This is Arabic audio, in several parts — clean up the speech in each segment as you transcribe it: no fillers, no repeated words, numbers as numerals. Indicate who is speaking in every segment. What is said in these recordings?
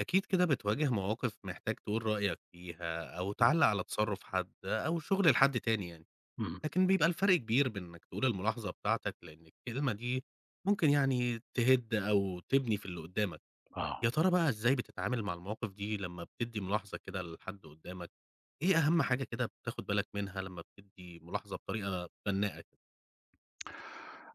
Speaker 1: أكيد كده بتواجه مواقف محتاج تقول رأيك فيها أو
Speaker 2: إمم،
Speaker 1: تعلق على تصرف حد أو شغل لحد تاني يعني.
Speaker 2: إمم،
Speaker 1: لكن بيبقى الفرق كبير بين إنك تقول الملاحظة بتاعتك لأن الكلمة دي ممكن يعني تهد أو تبني في اللي قدامك.
Speaker 2: آه.
Speaker 1: يا ترى بقى إزاي بتتعامل مع المواقف دي لما بتدي ملاحظة كده لحد قدامك؟ إيه أهم حاجة كده بتاخد بالك منها لما بتدي ملاحظة بطريقة بناءة كده؟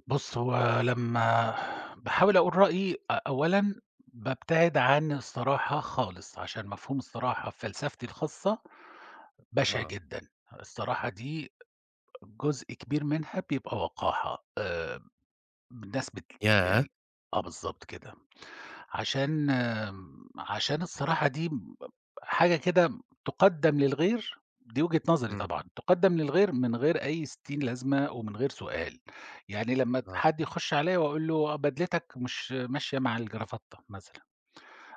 Speaker 2: بُص، هو لمّا باحاول أقول رأيي أولًا بابتعد عن الصراحة خالص، عشان مفهوم الصراحة في فلسفتي الخاصة بشع
Speaker 1: اه.
Speaker 2: جدًا. الصراحة دي جزء كبير منها بيبقى وقاحة، الناس بت
Speaker 1: ياه!
Speaker 2: يعني آه بالضبط كده. عشان عشان الصراحة دي حاجة كده تُقدّم للغير، دي وجهة نظري
Speaker 1: امم.
Speaker 2: طبعًا، تُقدّم للغير من غير أي ستين لازمة ومن غير سؤال، يعني لمّا
Speaker 1: آه.
Speaker 2: حد يخُش عليَّ وأقول له بدلتك مش ماشية مع الجرافتة مثلًا،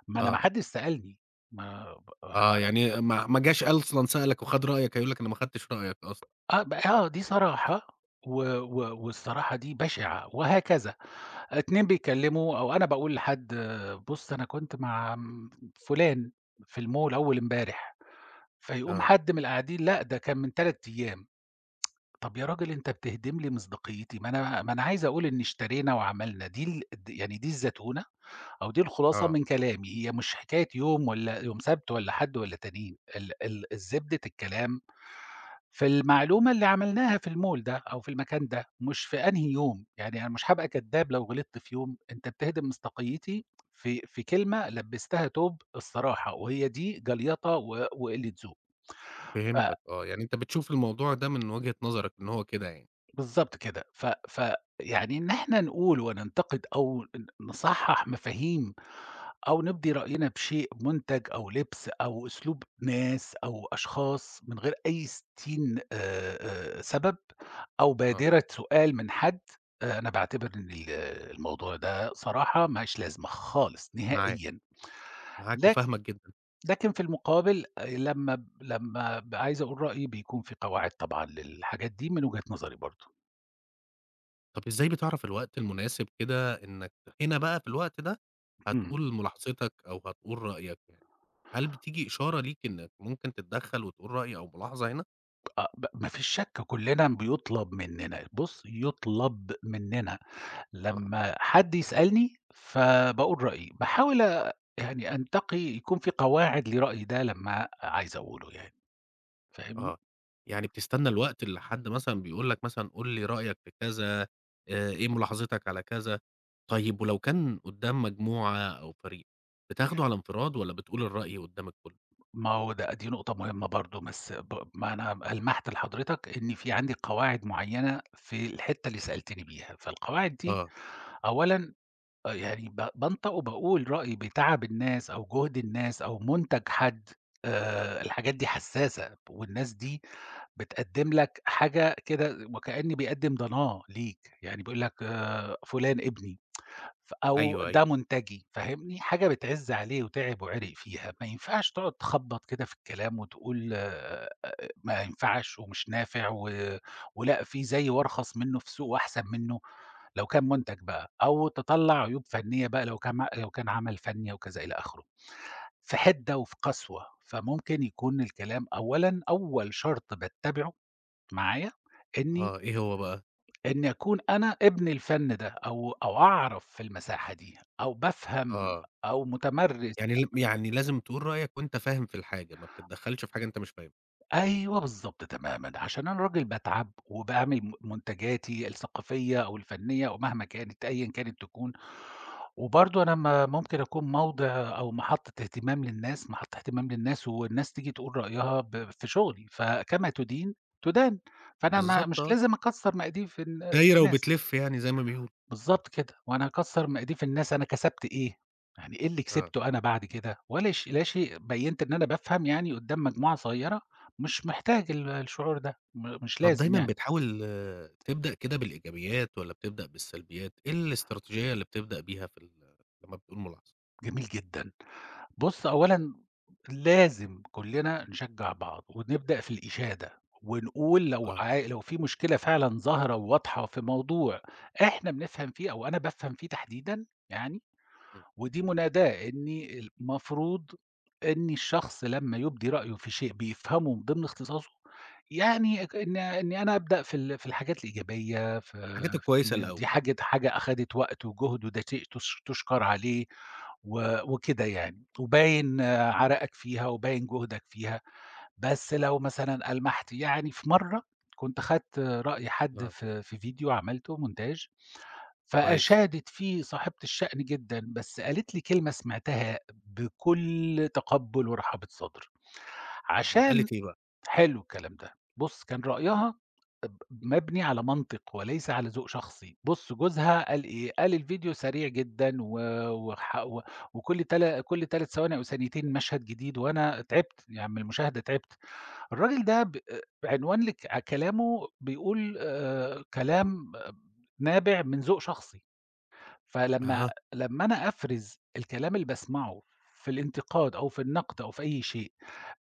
Speaker 2: ما أنا ما
Speaker 1: آه.
Speaker 2: حدش سألني، ما ب
Speaker 1: آه، يعني ما جاش أصلا سألك وخد رأيك، هيقول لك أنا ما خدتش رأيك أصلا.
Speaker 2: آه، دي صراحة و و والصراحة دي بشعة وهكذا، اتنين بيتكلّموا أو أنا باقول لحد بُص أنا كنت مع فُلان في المول أول امبارح. فيقوم
Speaker 1: آه،
Speaker 2: حد من القاعدين لأ، ده كان من 3 أيام. طَب يا راجل أنت بتهدم لي مصداقيتي، ما أنا عايز أقول إن اشترينا وعملنا، دي ال د يعني دي الزتونة أو دي الخلاصة
Speaker 1: آه،
Speaker 2: من كلامي، هي مش حكاية يوم والّا يوم سبت والّا حد والّا تانيين، ال زبدة الكلام في المعلومة اللي عملناها في المول ده أو في المكان ده، مش في أنهي يوم، يعني أنا مش هابقى كدّاب لو غلطت في يوم، أنت بتهدم مصداقيتي في كلمة لبّستها توب الصراحة، وهي دي جليطة وقِلّة ذوق. ف
Speaker 1: فهمتك آه، يعني أنت بتشوف الموضوع ده من وجهة نظرك إن هو كده يعني،
Speaker 2: بالضبط كده، ف ف يعني إن إحنا نقول وننتقد أو نصحّح مفاهيم أو نبدي رأينا بشيء مُنتَج أو لِبْس أو أسلوب ناس أو أشخاص من غير أي ستين سبب أو
Speaker 1: آه،
Speaker 2: بادرة سؤال من حد، أنا باعتبر إن الموضوع ده صراحة ما لهاش لازمة خالص
Speaker 1: معاك،
Speaker 2: نهائيًا،
Speaker 1: معاك
Speaker 2: لكن
Speaker 1: وفاهمك جدًا.
Speaker 2: لكن في المقابل، لمّا ب عايز أقول رأيي بيكون في قواعد طبعًا للحاجات دي من وجهة نظري برضه.
Speaker 1: طب إزاي بتعرف الوقت المناسب كده إنك هنا بقى في الوقت ده
Speaker 2: إمم.
Speaker 1: هتقول ملاحظتك أو هتقول رأيك يعني؟ هل بتيجي إشارة ليك إنك ممكن تتدخل وتقول رأي أو ملاحظة هنا؟
Speaker 2: آه، ما فيش شك كُلّنا بيُطلب مننا، بُص يُطلب مننا،
Speaker 1: آه.
Speaker 2: لمّا حد يسألني فباقول رأيي، باحاول أ يعني أنتقي يكون في قواعد لرأيي ده لمّا عايز أقوله يعني، فاهمني؟
Speaker 1: آه، يعني بتستنى الوقت اللي حد مثلًا بيقول لك مثلًا قُل لي رأيك في كذا، إيه ملاحظتك على كذا. طيب ولو كان قدّام مجموعة أو فريق، بتاخده على انفراد والّا بتقول الرأي قدّام الكل؟
Speaker 2: ما هو ده دي نقطة مهمة برضه، بس ب ما أنا ألمحت لحضرتك إن في عندي قواعد معيّنة في الحتّة اللي سألتني بيها، فالقواعد دي
Speaker 1: آه،
Speaker 2: أولًا آه، يعني بانطق وباقول رأيي بتعب الناس أو جهد الناس أو مُنتَج حد، الحاجات دي حسّاسة، والناس دي بتقدّم لك حاجة كده وكأن بيقدّم ضناه ليك، يعني بيقول لك فلان ابني أو
Speaker 1: أيوه، أيوه.
Speaker 2: ده مُنتَجي فاهمني، حاجة بتعِز عليه وتعب وعرق فيها، ما ينفعش تقعد تخبّط كده في الكلام وتقول ما ينفعش ومش نافع ولأ في زيي وأرخص منه في السوق وأحسن منه. لو كان منتج بقى، أو تطلّع عيوب فنية بقى لو كان عمل فني وكذا إلى آخره. في حِدة وفي قسوة، فممكن يكون الكلام أولًا أول شرط باتّبعه معايا إني
Speaker 1: آه، إيه هو بقى؟
Speaker 2: إني أكون أنا ابن الفن ده، أو أعرف في المساحة دي، أو بافهم
Speaker 1: آه.
Speaker 2: أو متمرّس.
Speaker 1: يعني ل يعني لازم تقول رأيك وأنت فاهم في الحاجة، ما بتتدخّلش في حاجة أنت مش فاهمها.
Speaker 2: أيوه بالضبط تمامًا، عشان أنا راجل باتعب وباعمل منتجاتي الثقافية أو الفنية أو مهما كانت أيًا كانت تكون، وبرضه أنا م ممكن أكون موضع أو محطة اهتمام للناس محط اهتمام للناس والناس تيجي تقول رأيها في شغلي، فكما تُدين تُدان، فأنا ما
Speaker 1: بالضبط
Speaker 2: مش
Speaker 1: آه.
Speaker 2: لازم أكسّر مقاديف
Speaker 1: دايرة
Speaker 2: الناس.
Speaker 1: وبتلِف يعني زي ما بيقولوا.
Speaker 2: بالضبط كده، وأنا هاكسّر م أضيف الناس أنا كسبت إيه؟ يعني إيه اللي
Speaker 1: آه.
Speaker 2: كسبته أنا بعد كده؟ ولا ش لا شيء، بيّنت إن أنا بافهم يعني قدّام مجموعة صغيّرة، مش محتاج الشعور ده، مش
Speaker 1: طب
Speaker 2: لازم
Speaker 1: دايمًا
Speaker 2: يعني.
Speaker 1: بتحاول آه، تبدأ كده بالإيجابيات والّا بتبدأ بالسلبيات؟ إيه الاستراتيجية اللي بتبدأ بيها في لمّا بتقول ملاحظة؟
Speaker 2: جميل جدًا. بُص، أولًا لازم كُلّنا نشجّع بعض ونبدأ في الإشادة، ونقول
Speaker 1: آه.
Speaker 2: لو في مشكلة فعلًا ظاهرة وواضحة في موضوع إحنا بنفهم فيه أو أنا بافهم فيه تحديدًا يعني،
Speaker 1: إمم.
Speaker 2: ودي مناداة إني المفروض إن الشخص لمّا يُبدي رأيه في شيء بيفهمه من ضمن اختصاصه، يعني اك إن إني أنا أبدأ في الحاجات الإيجابية في
Speaker 1: الحاجات
Speaker 2: في
Speaker 1: الكويسة الأول.
Speaker 2: دي حاجة أخدت وقت وجهد وده شيء تُشكر عليه وكده يعني، وباين آه، عرقك فيها وباين جهدك فيها، بس لو مثلًا ألمحت يعني في مرّة كنت خدت رأي حد
Speaker 1: آه.
Speaker 2: في فيديو عملته montage.
Speaker 1: كويس.
Speaker 2: فأشادت فيه صاحبة الشأن جدًا، بس قالت لي كلمة سمعتها بكل تقبُّل ورحابة صدر،
Speaker 1: آه،
Speaker 2: عشان
Speaker 1: قالت إيه بقى؟
Speaker 2: حلو الكلام ده، بُص كان رأيها مبني على منطق وليس على ذوق شخصي، بُص جوزها قال إيه، قال الفيديو سريع جدًا و وح و وكل تلا كل 3 ثواني أو ثانيتين مشهد جديد وأنا تعبت، يعني من المشاهدة تعبت. الراجل ده ب بعنوان لك كلامه بيقول كلام آه، نابع من ذوق شخصي. فلمّا
Speaker 1: أها.
Speaker 2: لمّا أنا أفرِز الكلام اللي باسمعه في الانتقاد أو في النقد أو في أي شيء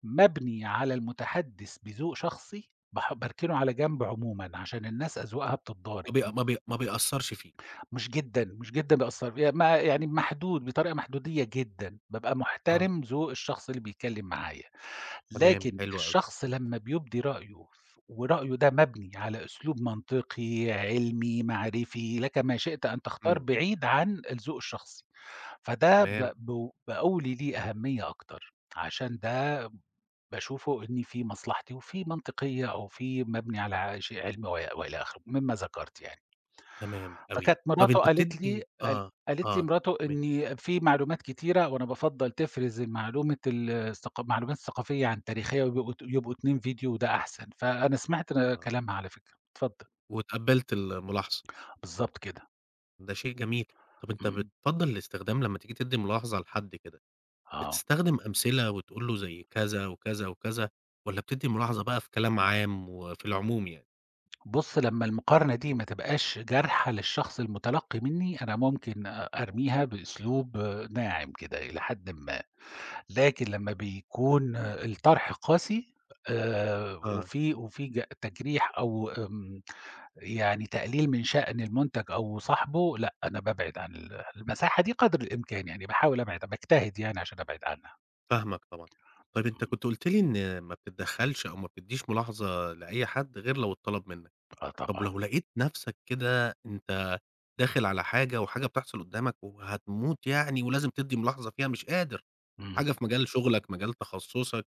Speaker 2: مبني على المتحدث بذوق شخصي، باركنه على جنب عمومًا عشان الناس أذواقها بتتضارب.
Speaker 1: ما بيأثّرش فيك.
Speaker 2: مش جدًا، مش جدًا بيأثّر فيّا ما يعني محدود بطريقة محدودية جدًا، بابقى
Speaker 1: آه،
Speaker 2: محترم ذوق الشخص اللي بيتكلّم معايا،
Speaker 1: تمام.
Speaker 2: لكن
Speaker 1: حلو أوي.
Speaker 2: الشخص لمّا بيُبدي رأيه ورأيه ده مبني على أسلوب منطقي، علمي، معرفي، لك ما شئت أن تختار
Speaker 1: إمم،
Speaker 2: بعيد عن الذوق الشخصي. فده ب
Speaker 1: تمام،
Speaker 2: ب باولي ليه أهمية أكتر، عشان ده باشوفه إن في مصلحتي وفي منطقية أو في مبني على شيء علمي وإلى آخره، مما ذكرت يعني.
Speaker 1: تمام أوي.
Speaker 2: فكانت
Speaker 1: طب
Speaker 2: مراته
Speaker 1: أنت بتدّي آه،
Speaker 2: قالت لي
Speaker 1: آه،
Speaker 2: مراته
Speaker 1: تمام،
Speaker 2: إني في معلومات كتيرة وأنا بافضّل تفرز معلومة ال الثق معلومات ثقافية عن تاريخية يبقوا 2 فيديو وده أحسن، فأنا سمعت
Speaker 1: آه.
Speaker 2: كلامها على فكرة، اتفضل.
Speaker 1: واتقبّلت الملاحظة،
Speaker 2: بالضبط كده،
Speaker 1: ده شيء جميل. طب أنت
Speaker 2: إمم،
Speaker 1: بتفضّل الاستخدام لمّا تيجي تدّي ملاحظة لحد كده،
Speaker 2: آه.
Speaker 1: بتستخدم أمثلة وتقول له زي كذا، وكذا، وكذا، والّا بتدّي ملاحظة بقى في كلام عام وفي العموم يعني؟
Speaker 2: بُص، لمّا المقارنة دي ما تبقاش جارحة للشخص المُتلقّي منّي، أنا ممكن أرميها بأسلوب ناعم كده إلى حدٍ ما، لكن لمّا بيكون الطرح قاسي
Speaker 1: آه،
Speaker 2: وفي تجريح أو يعني تقليل من شأن المُنتَج أو صاحبه، لأ، أنا بابعد عن المساحة دي قدر الإمكان يعني، باحاول أبعد باجتهد يعني عشان أبعد عنها.
Speaker 1: فاهمك طبعًا. طيب أنت
Speaker 2: إمم،
Speaker 1: كنت قُلت لي إن ما بتتدخّلش أو ما بتدّيش ملاحظة لأي حد غير لو اتطلب منّك.
Speaker 2: آه
Speaker 1: طب
Speaker 2: طبعًا.
Speaker 1: لو لقيت نَفْسك كده أنت داخل على حاجة وحاجة بتحصل قدّامك وهتموت يعني ولازم تدّي ملاحظة فيها مش قادر،
Speaker 2: إمم،
Speaker 1: حاجة في مجال شغلك، مجال تخصُّصك،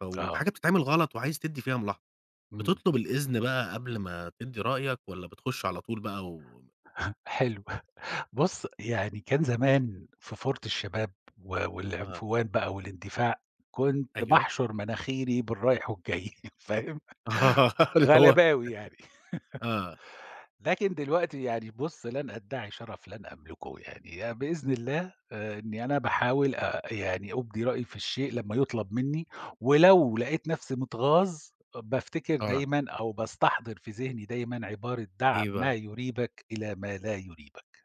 Speaker 2: آه،
Speaker 1: وحاجة بتتعمل غلط وعايز تدّي فيها ملاحظة،
Speaker 2: إمم،
Speaker 1: بتطلب الإذن بقى قبل ما تدّي رأيك والّا بتخُش على طول بقى
Speaker 2: حلو. بُص، يعني كان زمان في فورة الشباب
Speaker 1: آه.
Speaker 2: والعنفوان بقى والاندفاع، كنت
Speaker 1: أيوه.
Speaker 2: باحشُر مناخيري بالرايح والجاي فاهم؟
Speaker 1: آه اللي هو
Speaker 2: غلباوي يعني.
Speaker 1: آه،
Speaker 2: لكن دلوقتي يعني بُص، لن أدّعي شرف لن أملكه يعني بإذن الله، إنّي أنا باحاول يعني أُبدي رأيي في الشيء لمّا يُطلب منّي، ولو لقيت نَفْسي متغاظ بافتكر
Speaker 1: آه،
Speaker 2: دايمًا أو باستحضر في ذهني دايمًا عبارة دع
Speaker 1: إيه
Speaker 2: ما
Speaker 1: بقى؟
Speaker 2: يُريبك إلى ما لا يُريبك.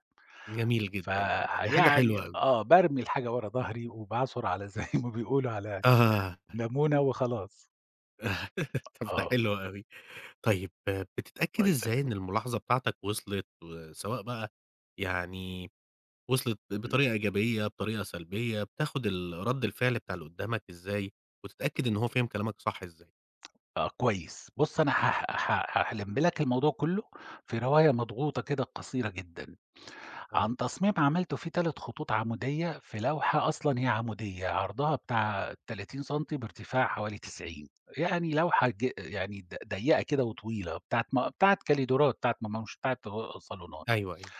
Speaker 1: جميل جدًا والله، دي حاجة
Speaker 2: فيعني
Speaker 1: حلوة أوي.
Speaker 2: آه، بارمي الحاجة ورا ضهري وباعصُر على زي ما بيقولوا على
Speaker 1: آه،
Speaker 2: لَمونة وخلاص.
Speaker 1: طب ده
Speaker 2: آه.
Speaker 1: حلو أوي. طيب آه، بتتأكد
Speaker 2: الله
Speaker 1: إزاي
Speaker 2: يسَلِّمك،
Speaker 1: إن الملاحظة بتاعتك وصلت وسواء بقى يعني وصلت
Speaker 2: إمم.
Speaker 1: بطريقة إيجابية، بطريقة سلبية، بتاخد رَد الفعل بتاع اللي قدّامك إزاي، وتتأكد إن هو فاهم كلامك صح إزاي؟
Speaker 2: آه، كويس. بُص أنا هاح ه هالِم لك الموضوع كلّه في رواية مضغوطة كده قصيرة جدًا،
Speaker 1: آه،
Speaker 2: عن تصميم عملته فيه 3 خطوط عمودية في لوحة أصلًا هي عمودية، عرضها بتاع 30 سنتي بارتفاع حوالي 90. يعني لوحة ج يعني ض ضيّقة كده وطويلة بتاعة كاليدورات، بتاعة مش بتاعة صالونات.
Speaker 1: أيوه، أيوه،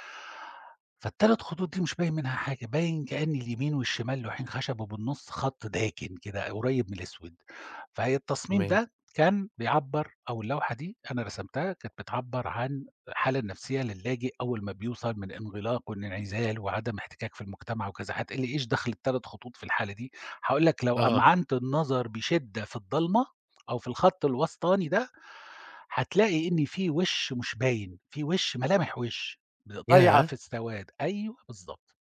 Speaker 2: فال3 خطوط دي مش باين منها حاجة، باين كأن اليمين والشمال لوحين خشب وبالنُص خط داكن كده قريب من الأسود، التصميم
Speaker 1: تمام.
Speaker 2: ده كان بيعبّر أو اللوحة دي أنا رسمتها كانت بتعبّر عن الحالة النفسية لللاجئ أول ما بيوصل من انغلاق وانعزال وعدم احتكاك في المجتمع وكذا، هتقول لي إيش دخل ال3 خطوط في الحالة دي؟ هاقول لك لو
Speaker 1: آه،
Speaker 2: أمعنت النظر بشدة في الضلمة أو في الخط الوسطاني ده هتلاقي إن في وِش مش باين، في وِش ملامح وِش ضايعة
Speaker 1: ياه!
Speaker 2: في السواد، أيوه بالضبط.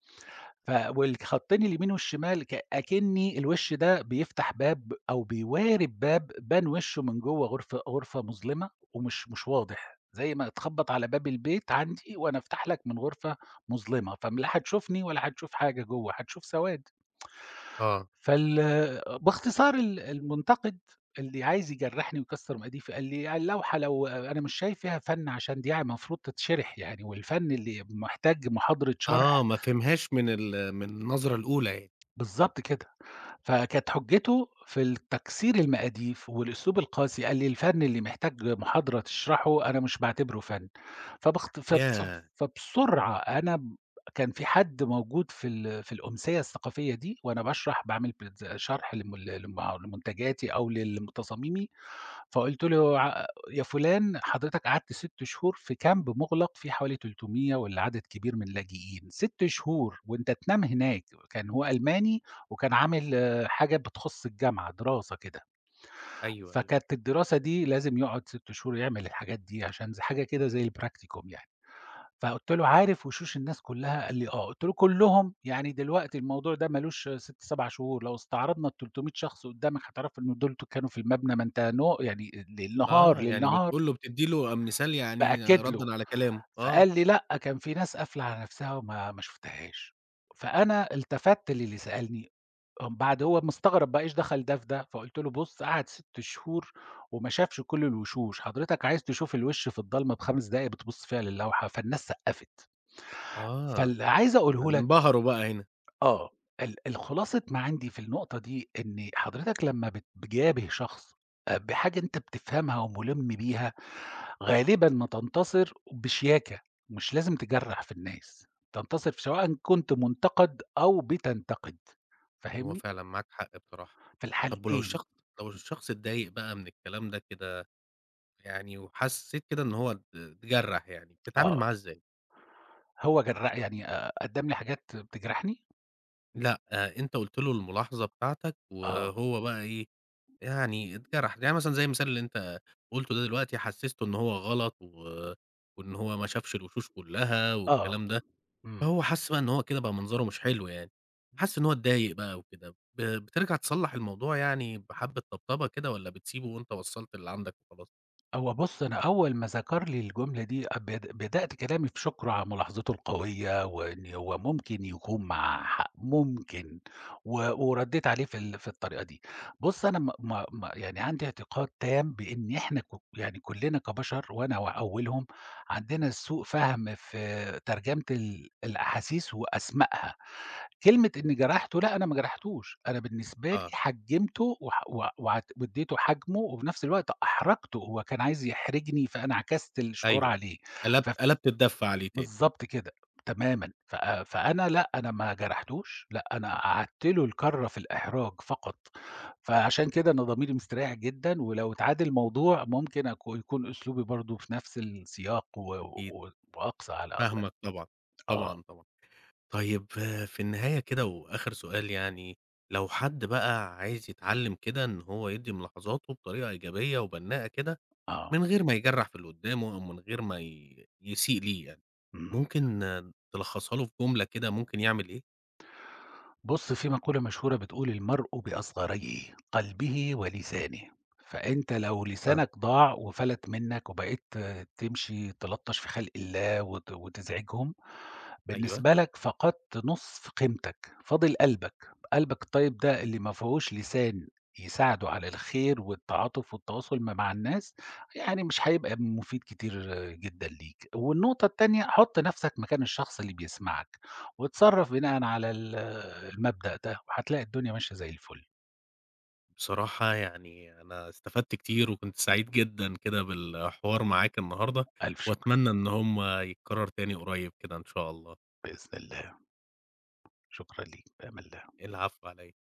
Speaker 2: ف والخطين اليمين والشمال أكنّي الوِش ده بيفتح باب أو بيوارب باب بان وِشه من جوّه غرفة مظلمة ومش مش واضح، زي ما تخبّط على باب البيت عندي وأنا أفتح لك من غرفة مظلمة، لا هتشوفني ولا هتشوف حاجة جوّه، هتشوف سواد.
Speaker 1: آه،
Speaker 2: فال باختصار المنتقد اللي عايز يجرّحني ويكسّر مقاديفي، قال لي: "اللوحة لو أنا مش شايف فيها فَن عشان دي المفروض تتشرح يعني، والفَن اللي محتاج محاضرة
Speaker 1: آه،
Speaker 2: شرح."
Speaker 1: ما فهمهاش من من النظرة الأولى يعني.
Speaker 2: بالضبط كده. فكانت حُجّته في تكسير المقاديف والأسلوب القاسي، قال لي: "الفَن اللي محتاج محاضرة تشرحه، أنا مش باعتبره فَن." فبخت فبس
Speaker 1: ياه!
Speaker 2: فبسرعة أنا ب كان في حد موجود في الأمسية الثقافية دي وأنا باعمل برز شرح لم لم لمنتجاتي أو تصاميمي، فقُلت له: "يا فلان حضرتك قعدت 6 شهور في كامب مُغلق فيه حوالي 300 والّا عدد كبير من اللاجئين، 6 شهور وأنت تنام هناك." كان هو ألماني وكان عامل آه، حاجة بتخُص الجامعة، دراسة كده،
Speaker 1: أيوه، أيوه.
Speaker 2: فكانت الدراسة دي لازم يقعد 6 شهور يعمل الحاجات دي عشان حاجة كده زي الpracticum يعني. فقُلت له: "عارف وشوش الناس كلّها؟" قال لي: "آه." قُلت له: "كلّهم؟ يعني دلوقتي الموضوع ده ما لوش 6، 7 شهور، لو استعرضنا ال300 شخص قدّامك هتعرف إن دول كانوا في المبنى، ما أنت نو يعني للنهار،
Speaker 1: آه، يعني
Speaker 2: للنهار."
Speaker 1: بتقول له بتدّي له مثال يعني
Speaker 2: بأكد له،
Speaker 1: ردًا على كلامه، آه،
Speaker 2: فقال لي: "لأ، كان في ناس قافلة على نَفْسها وما ما شُفتهاش." فأنا التفت للي سألني، بعد هو مستغرب بقى إيش دخل ده في ده، فقُلت له: "بُص، قعد 6 شهور وما شافش كل الوشوش، حضرتك عايز تشوف الوِش في الضلمة ب5 دقايق بتبُص فيها للوحة، فالناس سقّفت."
Speaker 1: آه،
Speaker 2: فاللي عايز أقوله لك
Speaker 1: انبهروا بقى هنا،
Speaker 2: آه، الخلاصة ما عندي في النقطة دي إن حضرتك لمّا بتجابه شخص بحاجة أنت بتفهمها ومُلِم بيها، غالبًا ما تنتصر بشياكة، مش لازم تجرّح في الناس، تنتصر في سواءً كنت منتقد أو بتنتقد،
Speaker 1: هو
Speaker 2: فاهمني؟
Speaker 1: فعلًا معاك حق بصراحة.
Speaker 2: في
Speaker 1: طب ولو
Speaker 2: الحالتين
Speaker 1: الشخص لو الشخص اتضايق بقى من الكلام ده كده يعني، وحسيت كده إن هو اتجرح يعني، بتتعامل
Speaker 2: آه،
Speaker 1: معاه إزاي؟
Speaker 2: هو جرّ يعني قدّم لي حاجات بتجرحني.
Speaker 1: لأ، أنت قُلت له الملاحظة بتاعتك
Speaker 2: آه،
Speaker 1: وهو بقى إيه، يعني اتجرح، يعني مثلًا زي المثال اللي أنت قُلته ده دلوقتي حسسته إن هو غلط وإن هو ما شافش الوشوش كلها
Speaker 2: آه،
Speaker 1: والكلام ده.
Speaker 2: إمم.
Speaker 1: هو حَس بقى إن هو كده بقى منظره مش حلو يعني، حَس إن هو اتضايق بقى وكده، بترجع تصلّح الموضوع يعني بحبّة طبطبة كده والّا بتسيبه وأنت وصّلت اللي عندك وخلاص؟
Speaker 2: هو بُص، أنا أول ما ذكر لي الجملة دي بدأت كلامي في شكره على ملاحظته القوية، وإن هو ممكن يكون معاه حق، ممكن، و ورديت عليه في الطريقة دي. بُص، أنا ما ما ما يعني عندي اعتقاد تام بإن إحنا يعني كلنا كبشر وأنا وأولهم عندنا سوء فهم في ترجمة الأحاسيس وأسمائها. كلمة إني
Speaker 1: إمم.
Speaker 2: جرحته، لأ أنا ما جرحتوش، أنا بالنسبة لي
Speaker 1: آه،
Speaker 2: حجّمته وح و وعت وادّيته حجمه، وفي نفس الوقت أحرجته، هو كان عايز يحرجني، فأنا عكست الشعور
Speaker 1: أيوه،
Speaker 2: عليه،
Speaker 1: قلبت
Speaker 2: فف
Speaker 1: قلبت الدَّف عليه تاني،
Speaker 2: بالضبط كده، تمامًا، فأنا لأ، أنا ما جرحتوش، لأ أنا قعدت له الكرّة في الإحراج فقط، فعشان كده أنا ضميري مستريّح جدًا، ولو اتعاد الموضوع ممكن يكون أسلوبي برضه في نفس السياق و
Speaker 1: أكيد،
Speaker 2: و وأقسى على أقل.
Speaker 1: فاهمك طبعًا،
Speaker 2: آه،
Speaker 1: طبعًا، طبعًا. طيب آه، في النهاية كده وآخر سؤال يعني، لو حد بقى عايز يتعلّم كده إن هو يدّي ملاحظاته بطريقة إيجابية وبنّاءة كده
Speaker 2: آه،
Speaker 1: من غير ما يجرّح في اللي قدّامه أو من غير ما يسيء ليه يعني.
Speaker 2: إمم.
Speaker 1: ممكن آه، تلخّصها له في جملة كده ممكن يعمل إيه؟
Speaker 2: بُص، في مقولة مشهورة بتقول: "المرء بأصغريه، قلبه ولسانه." فأنت لو
Speaker 1: آه.
Speaker 2: لسانك ضاع وفلت منّك وبقيت آه، تمشي تلطّش في خلق الله وتزعجهم،
Speaker 1: أيوه.
Speaker 2: بالنسبة لك فقدت نُصف قيمتك، فاضل قلبك. قلبك الطيب ده اللي ما فيهوش لسان يساعده على الخير والتعاطف والتواصل ما مع الناس، يعني مش هيبقى مفيد كتير آه، جدًا ليك. والنقطة التانية، حُط نَفْسك مكان الشخص اللي بيسمعك. واتصرّف بناءً على المبدأ ده، وهتلاقي الدنيا ماشية زي الفل.
Speaker 1: بصراحة يعني أنا استفدت كتير وكنت سعيد جدًا كده بالحوار معاك النهارده،
Speaker 2: ألف شكر،
Speaker 1: وأتمنى إن هم يتكرّر تاني قريب كده إن شاء الله.
Speaker 2: بإذن الله، شكرًا ليك، بأمان الله.
Speaker 1: العفو على إيه؟